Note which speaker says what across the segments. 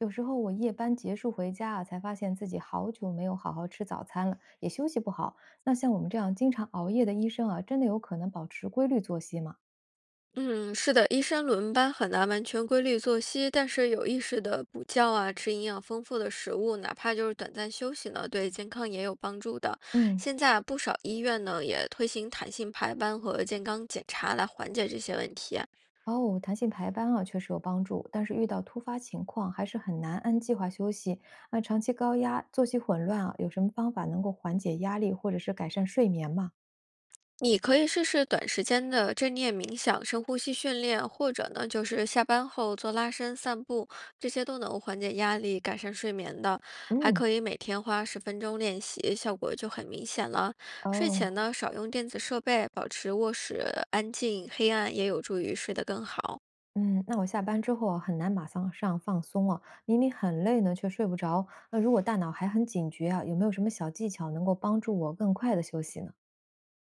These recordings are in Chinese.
Speaker 1: 有时候我夜班结束回家啊，才发现自己好久没有好好吃早餐了，也休息不好。那像我们这样经常熬夜的医生啊，真的有可能保持规律作息吗？
Speaker 2: 嗯，是的，医生轮班很难完全规律作息，但是有意识的补觉啊，吃营养丰富的食物，哪怕就是短暂休息呢，对健康也有帮助的。
Speaker 1: 嗯。
Speaker 2: 现在啊不少医院呢也推行弹性排班和健康检查来缓解这些问题。
Speaker 1: 哦，弹性排班啊，确实有帮助，但是遇到突发情况还是很难按计划休息。那长期高压、作息混乱啊，有什么方法能够缓解压力或者是改善睡眠吗？
Speaker 2: 你可以试试短时间的正念冥想、深呼吸训练，或者呢，就是下班后做拉伸、散步，这些都能缓解压力、改善睡眠的。还
Speaker 1: 嗯。
Speaker 2: 可以每天花10分钟练习，效果就很明显了。睡
Speaker 1: 哦。
Speaker 2: 前呢，少用电子设备，保持卧室安静、黑暗，也有助于睡得更好。
Speaker 1: 嗯，那我下班之后啊，很难马上上放松啊，明明很累呢，却睡不着。那如果大脑还很警觉啊，有没有什么小技巧能够帮助我更快的休息呢？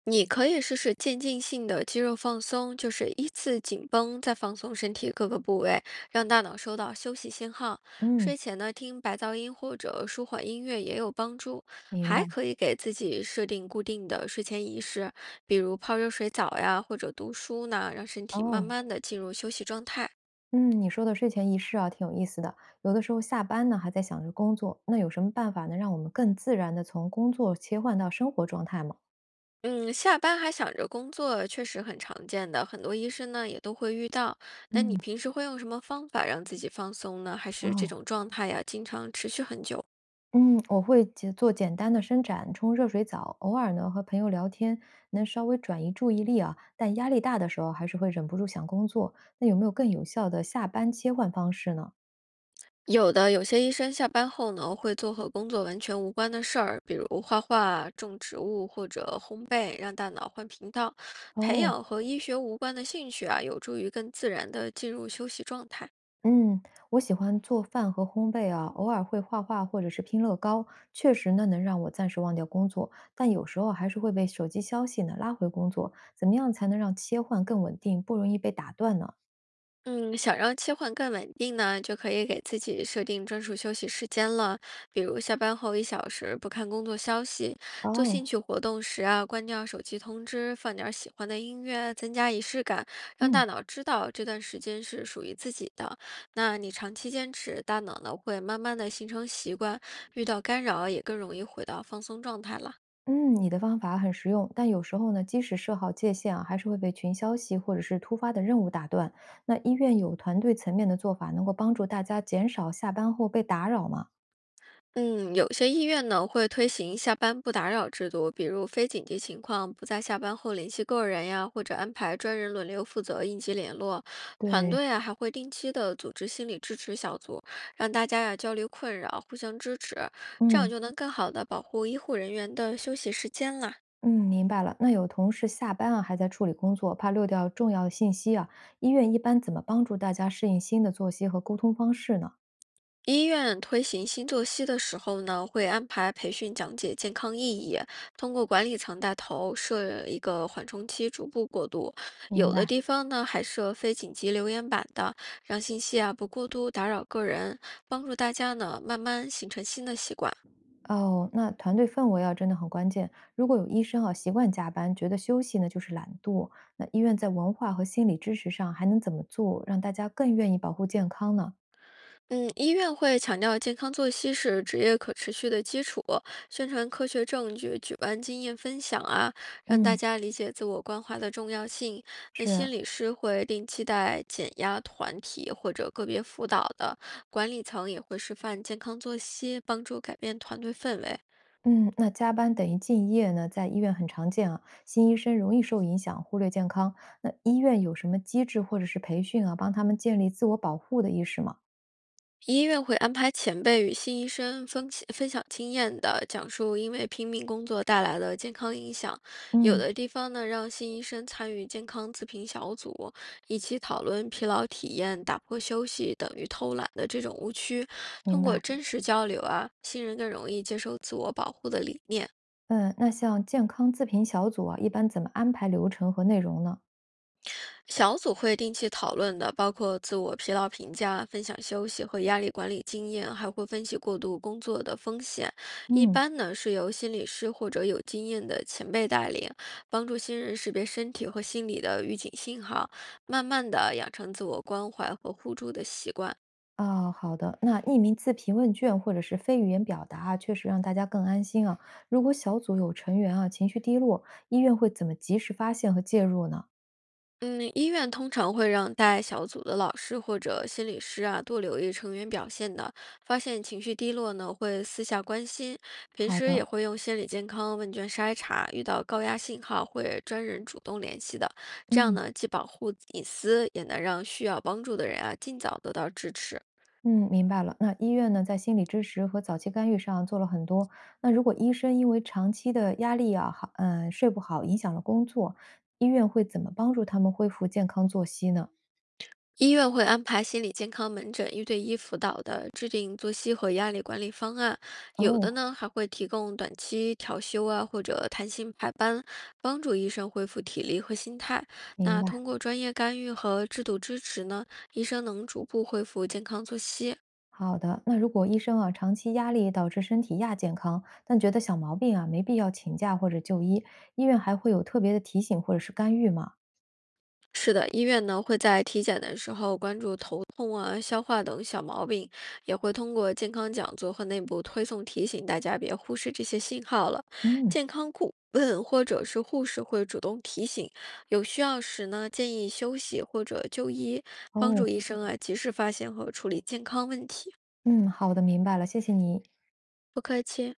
Speaker 2: 你可以试试渐进性的肌肉放松，就是依次紧绷，再放松身体各个部位，让大脑收到休息信号。
Speaker 1: 嗯。
Speaker 2: 睡前呢，听白噪音或者舒缓音乐也有帮助，
Speaker 1: 明白。
Speaker 2: 还可以给自己设定固定的睡前仪式，比如泡热水澡呀，或者读书呢，让身体慢
Speaker 1: 哦。
Speaker 2: 慢的进入休息状态。
Speaker 1: 嗯，你说的睡前仪式啊，挺有意思的。有的时候下班呢，还在想着工作，那有什么办法能让我们更自然的从工作切换到生活状态吗？
Speaker 2: 嗯，下班还想着工作，确实很常见的，很多医生呢也都会遇到。那你
Speaker 1: 嗯。
Speaker 2: 平时会用什么方法让自己放松呢？还是这
Speaker 1: 哦。
Speaker 2: 种状态呀，经常持续很久？
Speaker 1: 嗯，我会简做简单的伸展，冲热水澡，偶尔呢和朋友聊天，能稍微转移注意力啊。但压力大的时候，还是会忍不住想工作。那有没有更有效的下班切换方式呢？
Speaker 2: 有的，有些医生下班后呢，会做和工作完全无关的事儿，比如画画、种植物或者烘焙，让大脑换频道。培
Speaker 1: 哦。
Speaker 2: 养和医学无关的兴趣啊，有助于更自然的进入休息状态。
Speaker 1: 嗯，我喜欢做饭和烘焙啊，偶尔会画画或者是拼乐高，确实呢能让我暂时忘掉工作，但有时候还是会被手机消息呢拉回工作。怎么样才能让切换更稳定，不容易被打断呢？
Speaker 2: 嗯，想让切换更稳定呢，就可以给自己设定专属休息时间了，比如下班后1小时不看工作消息，做兴
Speaker 1: 哦。
Speaker 2: 趣活动时啊，关掉手机通知，放点儿喜欢的音乐，增加仪式感，让
Speaker 1: 嗯。
Speaker 2: 大脑知道这段时间是属于自己的。那你长期坚持，大脑呢会慢慢的形成习惯，遇到干扰也更容易回到放松状态了。
Speaker 1: 嗯，你的方法很实用，但有时候呢，即使设好界限啊，还是会被群消息或者是突发的任务打断。那医院有团队层面的做法，能够帮助大家减少下班后被打扰吗？
Speaker 2: 嗯，有些医院呢会推行下班不打扰制度，比如非紧急情况不在下班后联系个人呀，或者安排专人轮流负责应急联络。团
Speaker 1: 对。
Speaker 2: 队啊还会定期的组织心理支持小组，让大家呀交流困扰，互相支持，这样
Speaker 1: 嗯
Speaker 2: 就能更好的保护医护人员的休息时间啦。
Speaker 1: 嗯，明白了。那有同事下班啊还在处理工作，怕漏掉重要的信息啊，医院一般怎么帮助大家适应新的作息和沟通方式呢？
Speaker 2: 医院推行新作息的时候呢，会安排培训讲解健康意义，通过管理层带头设一个缓冲期，逐步过渡。
Speaker 1: 明
Speaker 2: 有的
Speaker 1: 白。
Speaker 2: 地方呢还设非紧急留言板的，让信息啊不过度打扰个人，帮助大家呢慢慢形成新的习惯。
Speaker 1: 哦，那团队氛围啊，真的很关键。如果有医生啊习惯加班，觉得休息呢就是懒惰，那医院在文化和心理支持上还能怎么做，让大家更愿意保护健康呢？
Speaker 2: 嗯，医院会强调健康作息是职业可持续的基础，宣传科学证据，举办经验分享啊，让大
Speaker 1: 嗯。
Speaker 2: 家理解自我关怀的重要性。那
Speaker 1: 是。
Speaker 2: 心理师会定期带减压团体或者个别辅导的，管理层也会示范健康作息，帮助改变团队氛围。
Speaker 1: 嗯，那加班等于敬业呢，在医院很常见啊。新医生容易受影响，忽略健康。那医院有什么机制或者是培训啊，帮他们建立自我保护的意识吗？
Speaker 2: 医院会安排前辈与新医生分享经验的，讲述因为拼命工作带来的健康影响。有
Speaker 1: 嗯。
Speaker 2: 的地方呢，让新医生参与健康自评小组，一起讨论疲劳体验、打破休息等于偷懒的这种误区。通
Speaker 1: 明
Speaker 2: 过
Speaker 1: 白。
Speaker 2: 真实交流啊，新人更容易接受自我保护的理念。
Speaker 1: 嗯，那像健康自评小组啊，一般怎么安排流程和内容呢？
Speaker 2: 小组会定期讨论的，包括自我疲劳评价、分享休息和压力管理经验，还会分析过度工作的风险。一
Speaker 1: 嗯。
Speaker 2: 般呢是由心理师或者有经验的前辈带领，帮助新人识别身体和心理的预警信号，慢慢的养成自我关怀和互助的习惯。
Speaker 1: 啊，好的。那匿名自评问卷或者是非语言表达啊，确实让大家更安心啊。如果小组有成员啊情绪低落，医院会怎么及时发现和介入呢？
Speaker 2: 嗯，医院通常会让带小组的老师或者心理师啊多留意成员表现的，发现情绪低落呢会私下关心，平
Speaker 1: 好
Speaker 2: 时
Speaker 1: 的。
Speaker 2: 也会用心理健康问卷筛查，遇到高压信号会专人主动联系的，这样
Speaker 1: 嗯
Speaker 2: 呢既保护隐私，也能让需要帮助的人啊尽早得到支持。
Speaker 1: 嗯，明白了。那医院呢，在心理支持和早期干预上啊做了很多。那如果医生因为长期的压力啊，好，嗯，睡不好，影响了工作，医院会怎么帮助他们恢复健康作息呢？
Speaker 2: 医院会安排心理健康门诊、一对一辅导的，制定作息和压力管理方案。有的
Speaker 1: 哦。
Speaker 2: 呢还会提供短期调休啊，或者弹性排班，帮助医生恢复体力和心态。
Speaker 1: 明
Speaker 2: 那
Speaker 1: 白。
Speaker 2: 通过专业干预和制度支持呢，医生能逐步恢复健康作息。
Speaker 1: 好的，那如果医生啊长期压力导致身体亚健康，但觉得小毛病啊没必要请假或者就医，医院还会有特别的提醒或者是干预吗？
Speaker 2: 是的，医院呢会在体检的时候关注头痛啊、消化等小毛病，也会通过健康讲座和内部推送提醒大家别忽视这些信号了。
Speaker 1: 嗯。
Speaker 2: 健康顾问或者是护士会主动提醒，有需要时呢建议休息或者就医，帮助
Speaker 1: 哦。
Speaker 2: 医生啊及时发现和处理健康问题。
Speaker 1: 嗯，好的，明白了，谢谢你。
Speaker 2: 不客气。